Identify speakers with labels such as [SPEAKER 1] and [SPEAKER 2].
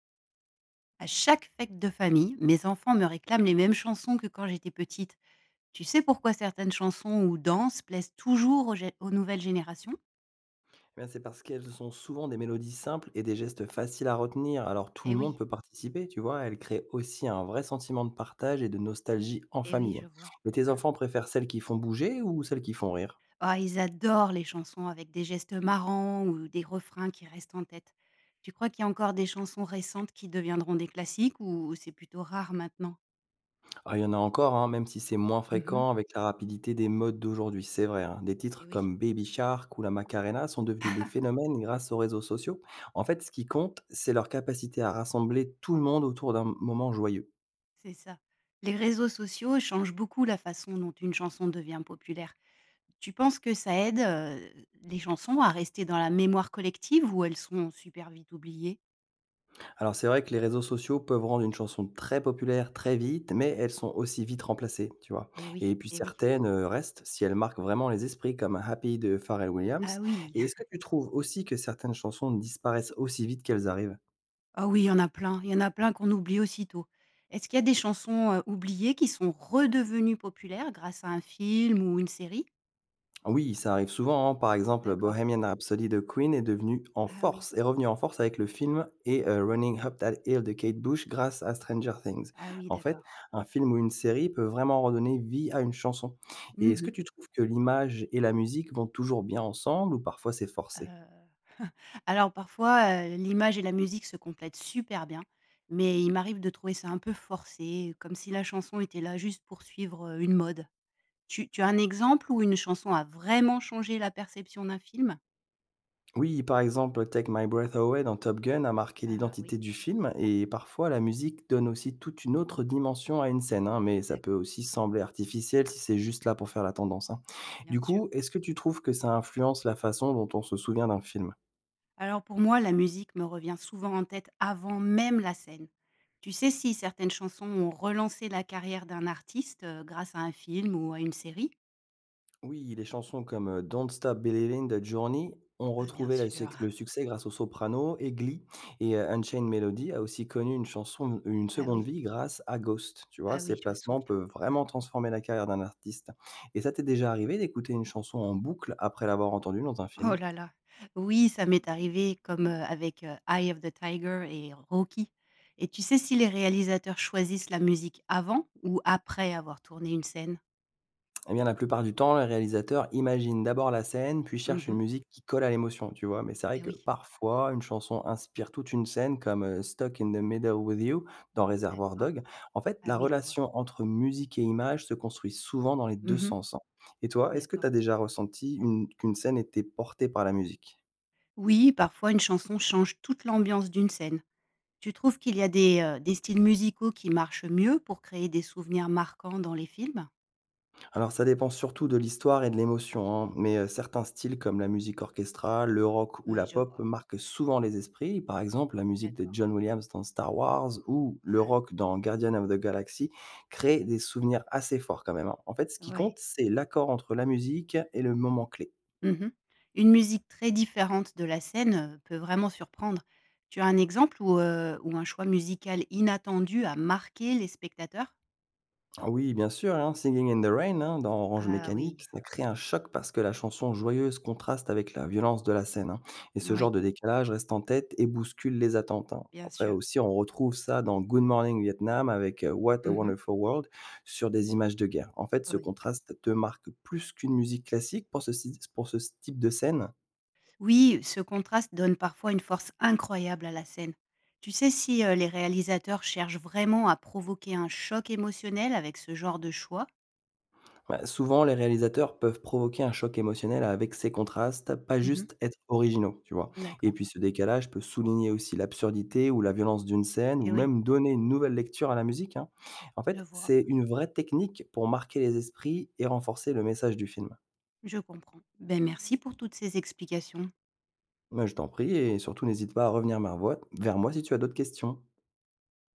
[SPEAKER 1] À chaque fête de famille, mes enfants me réclament les mêmes chansons que quand j'étais petite. Tu sais pourquoi certaines chansons ou danses plaisent toujours aux nouvelles générations?
[SPEAKER 2] Eh bien, c'est parce qu'elles sont souvent des mélodies simples et des gestes faciles à retenir, alors tout
[SPEAKER 1] Eh
[SPEAKER 2] le monde
[SPEAKER 1] oui,
[SPEAKER 2] peut participer, tu vois. Elles créent aussi un vrai sentiment de partage et de nostalgie en
[SPEAKER 1] eh oui,
[SPEAKER 2] famille.
[SPEAKER 1] je vois.
[SPEAKER 2] Mais tes enfants préfèrent celles qui font bouger ou celles qui font rire?
[SPEAKER 1] Ah, ils adorent les chansons avec des gestes marrants ou des refrains qui restent en tête. Tu crois qu'il y a encore des chansons récentes qui deviendront des classiques ou c'est plutôt rare maintenant?
[SPEAKER 2] Ah, il y en a encore, hein, même si c'est moins
[SPEAKER 1] Mhm.
[SPEAKER 2] fréquent avec la rapidité des modes d'aujourd'hui, c'est vrai, hein. Des
[SPEAKER 1] Eh
[SPEAKER 2] titres
[SPEAKER 1] oui,
[SPEAKER 2] comme Baby Shark ou la Macarena sont devenus des phénomènes grâce aux réseaux sociaux. En fait, ce qui compte, c'est leur capacité à rassembler tout le monde autour d'un moment joyeux.
[SPEAKER 1] c'est ça. Les réseaux sociaux changent beaucoup la façon dont une chanson devient populaire. Tu penses que ça aide, les chansons à rester dans la mémoire collective ou elles sont super vite oubliées?
[SPEAKER 2] Alors c'est vrai que les réseaux sociaux peuvent rendre une chanson très populaire très vite, mais elles sont aussi vite remplacées, tu vois?
[SPEAKER 1] Eh oui,
[SPEAKER 2] Et puis
[SPEAKER 1] eh oui.
[SPEAKER 2] certaines restent si elles marquent vraiment les esprits comme «Happy» de Pharrell
[SPEAKER 1] Ah
[SPEAKER 2] Williams,
[SPEAKER 1] oui.
[SPEAKER 2] et est-ce que tu trouves aussi que certaines chansons disparaissent aussi vite qu'elles arrivent?
[SPEAKER 1] Ah oui, il y en a plein, il y en a plein qu'on oublie aussitôt. Est-ce qu'il y a des chansons, oubliées qui sont redevenues populaires grâce à un film ou une série?
[SPEAKER 2] Oui, ça arrive souvent, hein. Par exemple,
[SPEAKER 1] D'accord.
[SPEAKER 2] Bohemian Rhapsody de Queen est devenu en
[SPEAKER 1] Ah oui,
[SPEAKER 2] force, est revenu en force avec le film, et Running Up That Hill de Kate Bush grâce à Stranger Things.
[SPEAKER 1] ah oui,
[SPEAKER 2] En fait,
[SPEAKER 1] d'accord.
[SPEAKER 2] un film ou une série peut vraiment redonner vie à une chanson. Et
[SPEAKER 1] Mmh
[SPEAKER 2] est-ce que
[SPEAKER 1] mh.
[SPEAKER 2] tu trouves que l'image et la musique vont toujours bien ensemble, ou parfois c'est forcé?
[SPEAKER 1] Alors parfois, l'image et la musique se complètent super bien, mais il m'arrive de trouver ça un peu forcé, comme si la chanson était là juste pour suivre, une mode. Tu as un exemple où une chanson a vraiment changé la perception d'un film?
[SPEAKER 2] Oui, par exemple, Take My Breath Away dans Top Gun a marqué
[SPEAKER 1] Ah oui,
[SPEAKER 2] l'identité du film, et parfois la musique donne aussi toute une autre dimension à une scène, hein, mais ça peut
[SPEAKER 1] d'accord.
[SPEAKER 2] aussi sembler artificiel si c'est juste là pour faire la tendance, hein.
[SPEAKER 1] Bien
[SPEAKER 2] Du
[SPEAKER 1] sûr.
[SPEAKER 2] coup, est-ce que tu trouves que ça influence la façon dont on se souvient d'un film?
[SPEAKER 1] Alors pour moi, la musique me revient souvent en tête avant même la scène. Tu sais si certaines chansons ont relancé la carrière d'un artiste, grâce à un film ou à une série?
[SPEAKER 2] Oui, les chansons comme Don't Stop Believin' de Journey ont
[SPEAKER 1] Ah bien
[SPEAKER 2] retrouvé la
[SPEAKER 1] sûr.
[SPEAKER 2] succ le succès grâce au soprano et Glee, et Unchained Melody a aussi connu une
[SPEAKER 1] Ah oui,
[SPEAKER 2] seconde vie grâce à Ghost. Tu vois?
[SPEAKER 1] ah
[SPEAKER 2] Ces
[SPEAKER 1] oui, je me
[SPEAKER 2] placements
[SPEAKER 1] souviens.
[SPEAKER 2] peuvent vraiment transformer la carrière d'un artiste, et ça t'est déjà arrivé d'écouter une chanson en boucle après l'avoir entendue dans un
[SPEAKER 1] Oh
[SPEAKER 2] film?
[SPEAKER 1] là là. Oui, ça m'est arrivé comme, avec, Eye of the Tiger et Rocky. Et tu sais si les réalisateurs choisissent la musique avant ou après avoir tourné une scène?
[SPEAKER 2] Eh bien, la plupart du temps, le réalisateur imagine d'abord la scène, puis cherche une
[SPEAKER 1] Mmh.
[SPEAKER 2] musique qui colle à l'émotion, tu vois. Mais c'est
[SPEAKER 1] Ah
[SPEAKER 2] vrai que
[SPEAKER 1] oui,
[SPEAKER 2] parfois, une chanson inspire toute une scène, comme Stuck in the Middle with You dans Reservoir
[SPEAKER 1] d'accord.
[SPEAKER 2] Dog. En fait,
[SPEAKER 1] Ah
[SPEAKER 2] la
[SPEAKER 1] oui, je vois.
[SPEAKER 2] relation entre musique et image se construit souvent dans les deux
[SPEAKER 1] Mmh.
[SPEAKER 2] sens, hein. Et toi, est-ce que tu as
[SPEAKER 1] D'accord.
[SPEAKER 2] déjà ressenti qu'une scène était portée par la musique?
[SPEAKER 1] Oui, parfois une chanson change toute l'ambiance d'une scène. Tu trouves qu'il y a des styles musicaux qui marchent mieux pour créer des souvenirs marquants dans les films?
[SPEAKER 2] Alors ça dépend surtout de l'histoire et de l'émotion, hein, mais certains styles comme la musique orchestrale, le rock ou
[SPEAKER 1] Oui,
[SPEAKER 2] la
[SPEAKER 1] je
[SPEAKER 2] pop
[SPEAKER 1] vois,
[SPEAKER 2] marquent souvent les esprits. Par exemple, la musique de
[SPEAKER 1] d'accord.
[SPEAKER 2] John Williams dans Star Wars ou le rock dans Guardian of the Galaxy créent des souvenirs assez forts quand même, hein. En fait, ce
[SPEAKER 1] Ah
[SPEAKER 2] qui
[SPEAKER 1] ouais.
[SPEAKER 2] compte, c'est l'accord entre la musique et le moment clé.
[SPEAKER 1] Mmh. Une musique très différente de la scène, peut vraiment surprendre. Tu as un exemple où un choix musical inattendu a marqué les spectateurs?
[SPEAKER 2] Ah oui, bien sûr, hein, Singing in the Rain, hein, dans Orange
[SPEAKER 1] Ah
[SPEAKER 2] Mécanique,
[SPEAKER 1] oui,
[SPEAKER 2] ça crée un choc parce que la chanson joyeuse contraste avec la violence de la scène, hein. Et ce
[SPEAKER 1] oui,
[SPEAKER 2] genre de décalage reste en tête et bouscule les attentes, hein.
[SPEAKER 1] bien
[SPEAKER 2] Après
[SPEAKER 1] sûr.
[SPEAKER 2] aussi, on retrouve ça dans Good Morning Vietnam avec What a
[SPEAKER 1] Mmh.
[SPEAKER 2] Wonderful World sur des images de guerre. En fait, ce
[SPEAKER 1] Oui.
[SPEAKER 2] contraste te marque plus qu'une musique classique pour ce, si- pour ce type de scène.
[SPEAKER 1] Oui, ce contraste donne parfois une force incroyable à la scène. Tu sais si les réalisateurs cherchent vraiment à provoquer un choc émotionnel avec ce genre de choix?
[SPEAKER 2] Bah, souvent, les réalisateurs peuvent provoquer un choc émotionnel avec ces contrastes, pas
[SPEAKER 1] Mhm.
[SPEAKER 2] juste être originaux, tu vois. Et
[SPEAKER 1] D'accord.
[SPEAKER 2] puis ce décalage peut souligner aussi l'absurdité ou la violence d'une scène,
[SPEAKER 1] Et
[SPEAKER 2] ou
[SPEAKER 1] oui,
[SPEAKER 2] même donner une nouvelle lecture à la musique, hein. En
[SPEAKER 1] je
[SPEAKER 2] fait,
[SPEAKER 1] vois,
[SPEAKER 2] c'est une vraie technique pour marquer les esprits et renforcer le message du film.
[SPEAKER 1] je comprends. Ben merci pour toutes ces explications.
[SPEAKER 2] Moi, je t'en prie, et surtout n'hésite pas à revenir vers moi si tu as d'autres questions.